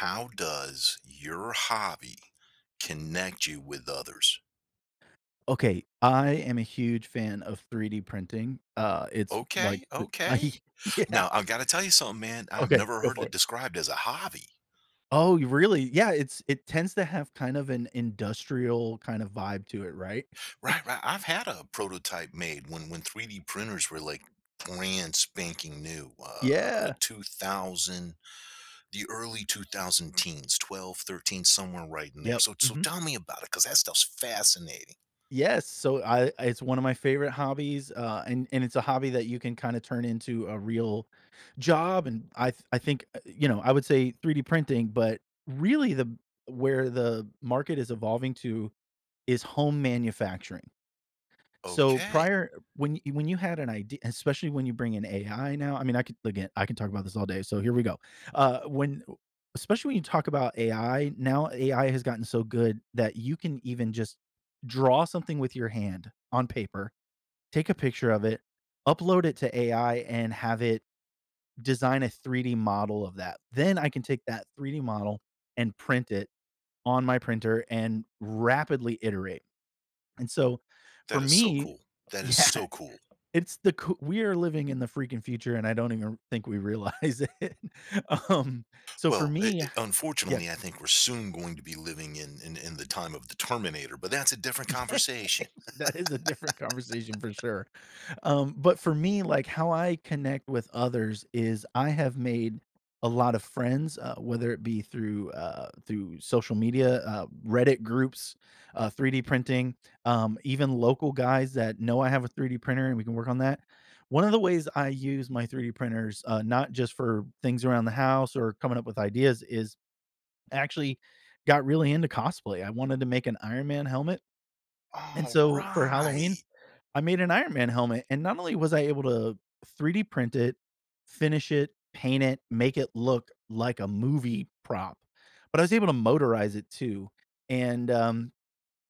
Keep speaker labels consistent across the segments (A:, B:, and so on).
A: How does your hobby connect you with others?
B: Okay, I am a huge fan of 3D printing. It's
A: Okay,
B: like the
A: okay.
B: I yeah,
A: Now, I've got to tell you something, man. I've
B: okay,
A: never
B: go
A: heard
B: for
A: it
B: it.
A: described as a hobby.
B: Oh, you really? Yeah, it tends to have kind of an industrial kind of vibe to it, right?
A: Right, right. I've had a prototype made when 3D printers were like brand spanking new,
B: Yeah.
A: 2000, the early 2000 teens, 12, 13, somewhere right in there.
B: Yep.
A: So, so
B: Mhm.
A: tell me about it because that stuff's fascinating.
B: Yes, so I it's one of my favorite hobbies, and it's a hobby that you can kinda turn into a real job, and I think, I would say 3D printing, but really the where the market is evolving to is home manufacturing. So
A: Okay,
B: prior when you had an idea, especially when you bring in AI. I could, again, I can talk about this all day, so here we go. When Especially when you talk about AI, now AI has gotten so good that you can even just draw something with your hand on paper, take a picture of it, upload it to AI, and have it design a 3D model of that. Then I can take that 3D model and print it on my printer and rapidly iterate. And so for
A: that is so
B: me
A: cool. That is
B: yeah.
A: so cool.
B: It's the coo We are living in the freaking future, and I don't even think we realize it. Um, so for
A: Well,
B: me,
A: I
B: yeah.
A: unfortunately, I think we're soon going to be living in the time of the Terminator, but that's a different
B: Yeah,
A: conversation.
B: that is a different conversation for sure. But for me, like, how I connect with others is I have made a lot of friends, whether it be through social media, Reddit groups, 3D printing, even local guys that know I have a 3D printer and we can work on that. One of the ways I use my 3D printers, not just for things around the house or coming up with ideas, is actually got really into cosplay. I wanted to make an Iron Man helmet, and
A: All
B: so for
A: right.
B: Halloween, I made an Iron Man helmet, and not only was I able to 3D print it, finish it, paint it, make it look like a movie prop, but I was able to motorize it too. And um,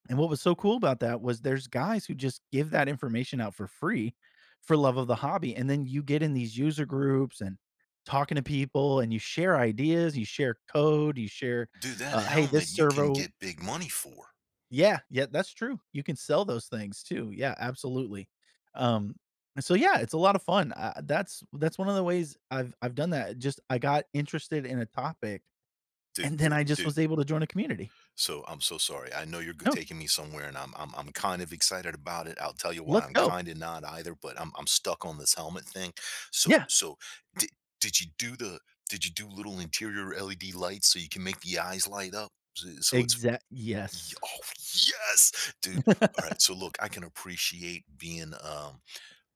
B: and what was so cool about that was there's guys who just give that information out for free for love of the hobby. And then you get in these user groups and talking to people, and you share ideas, you share code, you share,
A: Dude, that
B: hey, this
A: helmet you can
B: servo
A: get big money for.
B: yeah, that's true. You can sell those things too. Yeah, absolutely. Um, so yeah, it's a lot of fun. That's one of the ways I've done that. Just I got interested in a topic,
A: Dude,
B: and then
A: dude,
B: I just
A: dude.
B: was able to join a community.
A: So I'm so sorry. I know you're g
B: No,
A: taking me somewhere, and I'm kind of excited about it. I'll tell you why
B: let's
A: I'm
B: go.
A: kinda not either, but I'm stuck on this helmet thing. So
B: Yeah,
A: so did did you do the did you do little interior LED lights so you can make the eyes light up? So so it's
B: exact.
A: Ye
B: Yes.
A: oh, yes! Dude, alright, so look, I can appreciate being,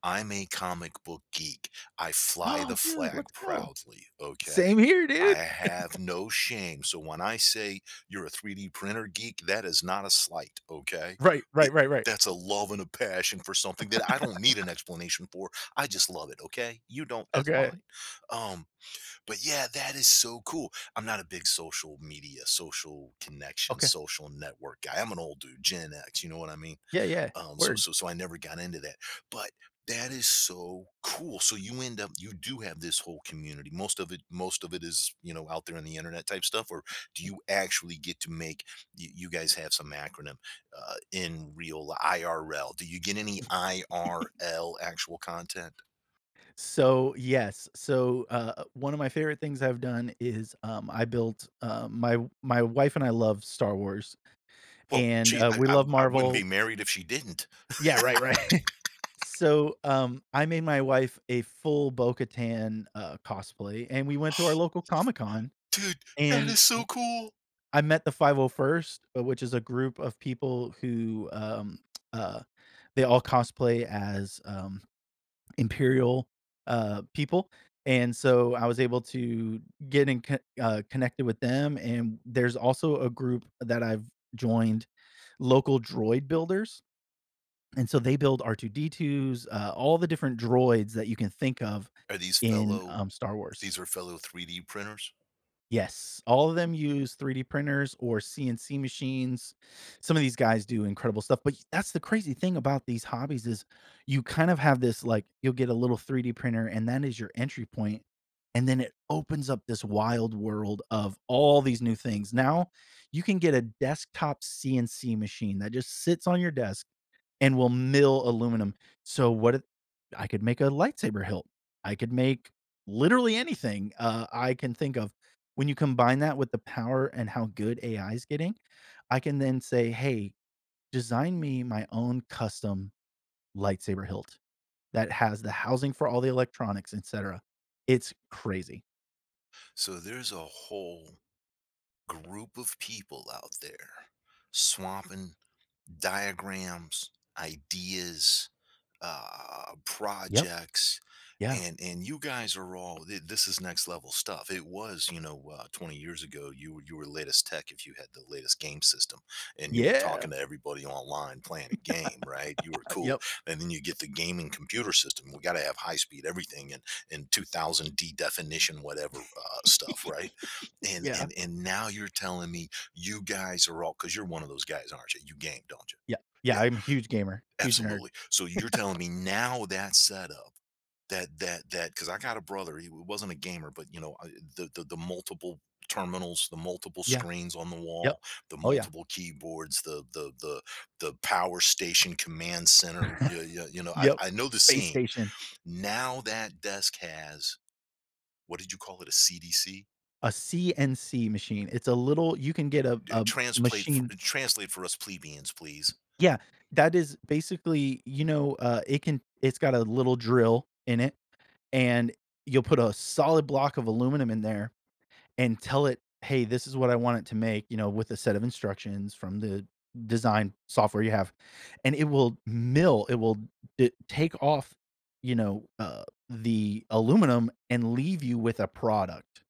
A: I'm a comic book geek. I fly
B: Oh,
A: the
B: dude,
A: flag
B: let's go.
A: proudly, okay?
B: Same here,
A: I
B: dude.
A: have no shame, so when I say you're a 3D printer geek, that is not a slight, okay?
B: Right,
A: Th
B: right.
A: That's a love and a passion for something that I don't need an explanation for, I just love it, okay? You don't, that's
B: Okay,
A: fine. Um but yeah, that is so cool. I'm not a big social media, social connection,
B: okay.
A: social network guy. I'm an old dude, Gen X, you know what I mean?
B: Yeah, yeah.
A: Um, so
B: Word.
A: so so I never got into that. But that is so cool. So you end up you do have this whole community. Most of it is, you know, out there in the internet type stuff or do you actually get to make you guys have some acronym in real IRL. Do you get any IRL actual content?
B: So, yes. So, one of my favorite things I've done is, I built, my wife and I love Star Wars,
A: Well,
B: and,
A: gee,
B: uh, we love
A: I wouldn't be
B: Marvel.
A: married if she didn't.
B: Yeah, right, right. So, I made my wife a full Bo-Katan, cosplay, and we went to our local Comic-Con,
A: Dude, that
B: and
A: is so cool.
B: I met the 501st, which is a group of people who, uh, they all cosplay as, imperial people. And so I was able to get connected with them. And there's also a group that I've joined, local droid builders. And so they build R2D2s, all the different droids that you can think of
A: Are these
B: in,
A: fellow
B: Star Wars.
A: these are fellow 3D printers?
B: Yes, all of them use 3D printers or CNC machines. Some of these guys do incredible stuff, but that's the crazy thing about these hobbies is you kind of have this, like, you'll get a little 3D printer and that is your entry point, and then it opens up this wild world of all these new things. Now, you can get a desktop CNC machine that just sits on your desk and will mill aluminum. So what it I could make a lightsaber hilt. I could make literally anything, I can think of. When you combine that with the power and how good AI is getting, I can then say, "Hey, design me my own custom lightsaber hilt that has the housing for all the electronics, etc." It's crazy.
A: So there's a whole group of people out there swapping diagrams, ideas,
B: Yep.
A: projects,
B: Yeah.
A: and you guys are all thi- this is next level stuff. It was 20 years ago you were latest tech if you had the latest game system and you were
B: Yeah.
A: talking to everybody online playing a game, right. You were cool,
B: Yep.
A: and then you get the gaming computer system. We got to have high speed everything, and 2000 D definition whatever stuff, right. And
B: Yeah.
A: and and now you're telling me you guys are all because you're one of those guys, aren't you? You game, don't you?
B: Yeah. Yeah. I'm a huge gamer, huge nerd.
A: Absolutely. So you're telling me now that setup, that that that because I got a brother, he wasn't a gamer, but you know, the multiple terminals, the multiple
B: Yeah.
A: screens on the
B: Yep.
A: wall, the
B: Oh, yeah.
A: multiple keyboards, the power station command center. You know,
B: Yep.
A: I know the
B: Space
A: scene.
B: station.
A: Now that desk has what did you call it? A CDC?
B: A CNC machine. It's a little you can get a a
A: Translate for,
B: machine.
A: translate for us plebeians, please.
B: Yeah, that is basically, you know, it can it's got a little drill in it, and you'll put a solid block of aluminum in there and tell it, "Hey, this is what I want it to make," you know, with a set of instructions from the design software you have, and it will mill, it will d take off, you know, the aluminum and leave you with a product.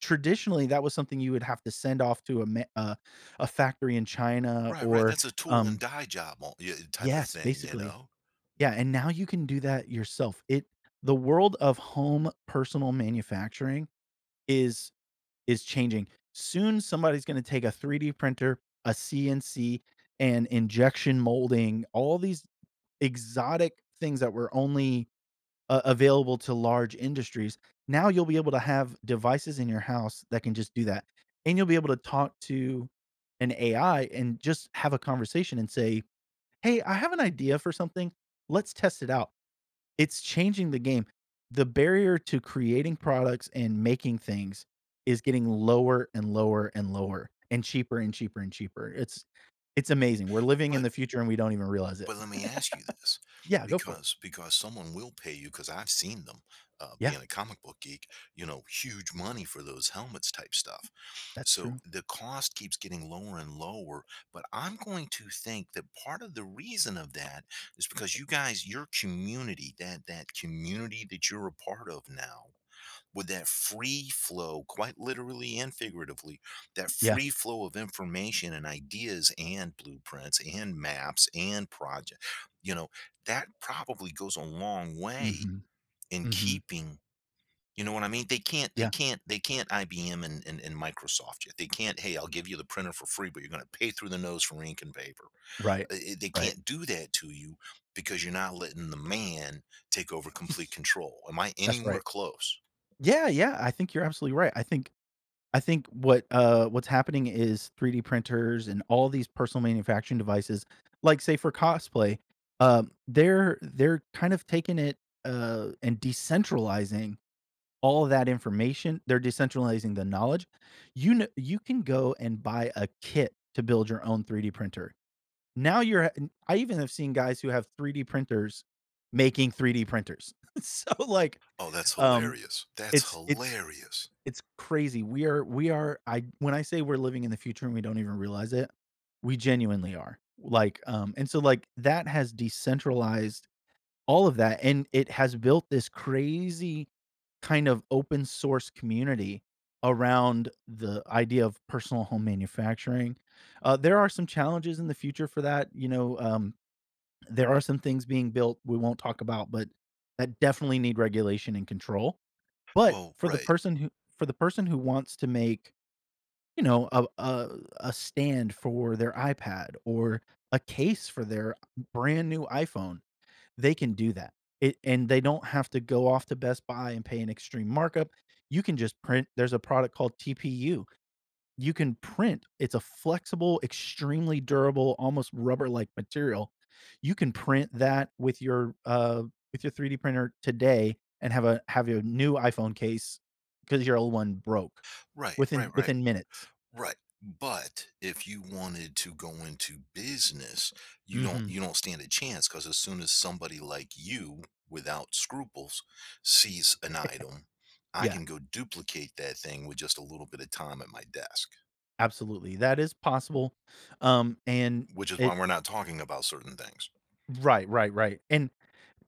B: Traditionally, that was something you would have to send off to a factory in China,
A: Right, right,
B: or,
A: that's a tool and
B: um
A: die job on, yeah, type of
B: yes,
A: thing, you
B: basically.
A: know?
B: Yeah, and now you can do that yourself. It The world of home personal manufacturing is is changing. Soon, somebody's gonna take a 3D printer, a CNC, and injection molding, all these exotic things that were only, available to large industries. Now you'll be able to have devices in your house that can just do that. And you'll be able to talk to an AI and just have a conversation and say, "Hey, I have an idea for something. Let's test it out." It's changing the game. The barrier to creating products and making things is getting lower and lower and lower and cheaper and cheaper and cheaper. It's amazing. We're living in
A: But
B: the future and we don't even realize it.
A: but let me ask you this,
B: Yeah, go for it.
A: because someone will pay you because 'cause I've seen them,
B: Yeah,
A: being a comic book geek, you know, huge money for those helmets type stuff.
B: that's
A: So,
B: true.
A: the cost keeps getting lower and lower, but I'm going to think that part of the reason of that is because your community, that community that you're a part of now with that free flow, quite literally and figuratively, that
B: Yeah.
A: free flow of information and ideas and blueprints and maps and project, you know, that probably goes a long way
B: Mhm.
A: in
B: Mhm.
A: keeping. You know what I mean?
B: Yeah.
A: They can't IBM and, and Microsoft yet. They can't, hey, I'll give you the printer for free, but you're going to pay through the nose for ink and paper.
B: Right.
A: They
B: Right.
A: can't do that to you because you're not letting the man take over complete control. Am I
B: That's
A: anywhere
B: right.
A: close?
B: Yeah, yeah, I think you're absolutely right. I think what, what's happening is 3D printers and all these personal manufacturing devices, like, say, for cosplay, they're kind of taking it, and decentralizing all of that information. They're decentralizing the knowledge. You know, you can go and buy a kit to build your own 3D printer. Now you're I even have seen guys who have 3D printers making 3D printers. So, like,
A: Oh, that's
B: um,
A: hilarious. That's
B: it's it's
A: hilarious.
B: it's crazy. We are I When I say we're living in the future and we don't even realize it, we genuinely are. Like, and so, like, that has decentralized all of that, and it has built this crazy kind of open source community around the idea of personal home manufacturing. There are some challenges in the future for that. You know, there are some things being built we won't talk about, but that definitely need regulation and control. But
A: Well,
B: for the
A: right.
B: person who For the person who wants to make, you know, a stand for their iPad or a case for their brand new iPhone, they can do that. It And they don't have to go off to Best Buy and pay an extreme markup. You can just print There's a product called TPU. You can print. It's a flexible, extremely durable, almost rubber-like material. You can print that with your, with your 3D printer today and have a have your new iPhone case because your old one broke
A: Right, right, right,
B: within minutes.
A: right. But if you wanted to go into business,
B: Mhm.
A: you don't stand a chance, because as soon as somebody like you, without scruples, sees an item, I
B: Yeah,
A: can go duplicate that thing with just a little bit of time at my desk,
B: absolutely. That is possible. And
A: which is why
B: it
A: we're not talking about certain things.
B: Right, right. And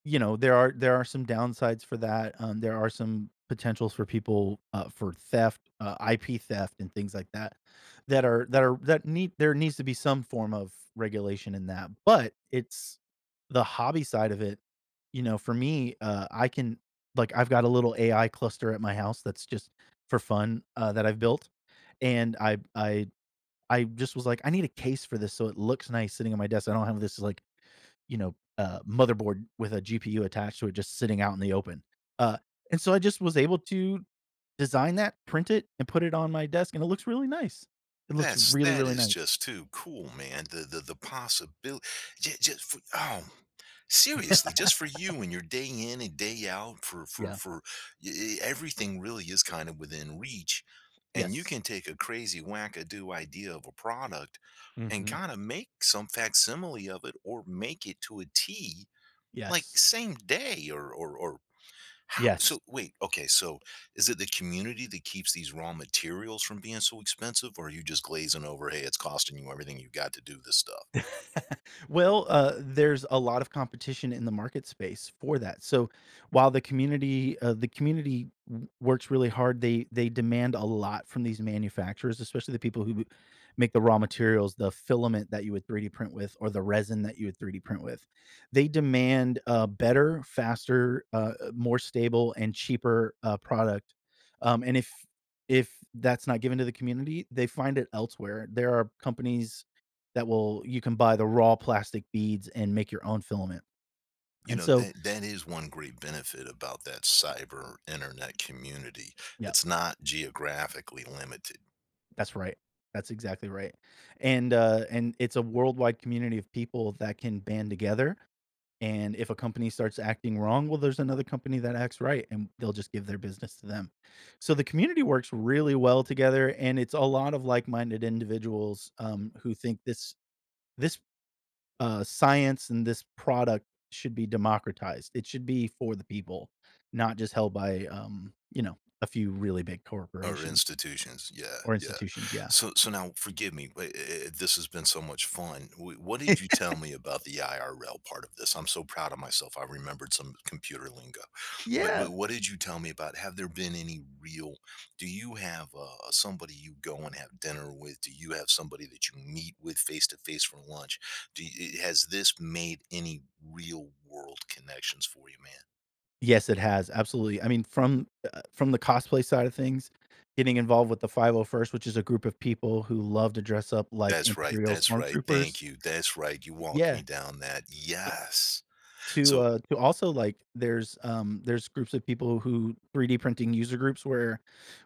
B: you know, there are some downsides for that. There are some potentials for people, for theft, IP theft, and things like that. That are that are that need There needs to be some form of regulation in that. But it's the hobby side of it. You know, for me, I can, like, I've got a little AI cluster at my house that's just for fun, that I've built, and I just was like, I need a case for this so it looks nice sitting on my desk. I don't have this, like, you know, motherboard with a GPU attached to it just sitting out in the open. Uh, and so I just was able to design that, print it, and put it on my desk, and it looks really nice. It looks
A: That's
B: really,
A: that
B: really
A: is
B: nice.
A: just too cool, man. The possibility, just, for, oh, seriously, just for you and your day in and day out for for
B: Yeah.
A: for y- y- everything really is kind of within reach, and you
B: Yes.
A: can take a crazy wackadoo idea of a product and
B: Mhm.
A: kind of make some facsimile of it or make it to a T like
B: Yes.
A: same day or how
B: Yes.
A: so wait, okay, so is it the community that keeps these raw materials from being so expensive or are you just glazing over, hey, it's costing you everything you've got to do this stuff?
B: Well, there's a lot of competition in the market space for that. So while the community works really hard, they demand a lot from these manufacturers, especially the people who make the raw materials, the filament that you would 3D print with, or the resin that you would 3D print with. They demand a better, faster, more stable, and cheaper, product. And if that's not given to the community, they find it elsewhere. There are companies that will you can buy the raw plastic beads and make your own filament.
A: You
B: And
A: know,
B: so
A: that is one great benefit about that cyber internet community.
B: yeah,
A: It's not geographically limited.
B: that's right. That's exactly right. And it's a worldwide community of people that can band together, and if a company starts acting wrong, well, there's another company that acts right, and they'll just give their business to them. So the community works really well together, and it's a lot of like-minded individuals, who think this this science and this product should be democratized. It should be for the people, not just held by, you know, a few really big
A: Or
B: corporations
A: institutions, yeah,
B: or
A: yeah.
B: institutions. Yeah.
A: So now forgive me, but I this has been so much fun. Wh what did you tell me about the IRL part of this? I'm so proud of myself, I remembered some computer lingo. But
B: Yeah.
A: what did you tell me about, have there been any real, do you have, somebody you go and have dinner with? Do you have somebody that you meet with face to face for lunch? Has this made any real world connections for you, man?
B: Yes, it has. Absolutely. I mean, from the cosplay side of things, getting involved with the 501st, which is a group of people who love to dress up like Imperial
A: That's right,
B: stormtroopers.
A: thank you, that's right, you walked
B: Yeah.
A: me down that, yes.
B: To,
A: So,
B: to also, like, there's groups of people who 3D printing user groups where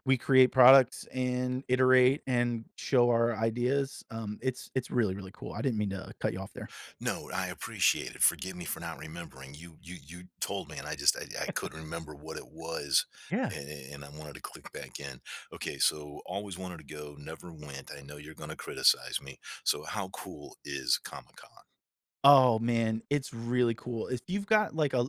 B: we create products and iterate and show our ideas. It's really, really cool. I didn't mean to cut you off there.
A: no, I appreciate it, forgive me for not remembering, you told me and I just I couldn't remember what it was,
B: Yeah.
A: a and I wanted to click back in. Okay, so always wanted to go, never went, I know you're gonna criticize me, so how cool is Comic-Con?
B: Oh, man, it's really cool. If you've got, like, a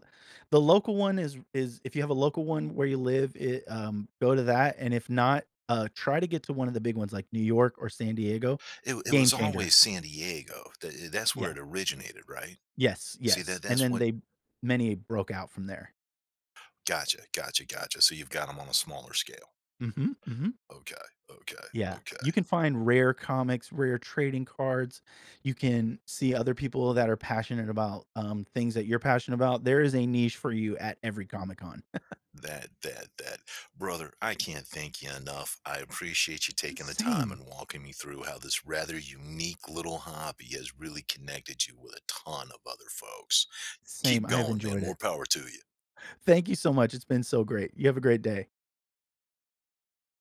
B: the local one is if you have a local one where you live, it, go to that, and if not, try to get to one of the big ones like New York or San Diego.
A: It
B: Game
A: was
B: changer.
A: always San Diego, that's where
B: Yeah.
A: it originated, right?
B: Yes,
A: See,
B: yes, and
A: that's
B: then
A: what,
B: they many broke out from there.
A: gotcha, gotcha, gotcha, so you've got them on a smaller scale.
B: Mhm, mhm.
A: Okay, okay,
B: Yeah. You
A: okay.
B: can find rare comics, rare trading cards. You can see other people that are passionate about, things that you're passionate about. There is a niche for you at every Comic-Con.
A: That that that brother, I can't thank you enough. I appreciate you taking the time
B: Same,
A: and walking me through how this rather unique little hobby has really connected you with a ton of other folks.
B: same.
A: Keep
B: I have
A: going, man.
B: enjoyed
A: More
B: it.
A: power to you.
B: Thank you so much. It's been so great. You have a great day.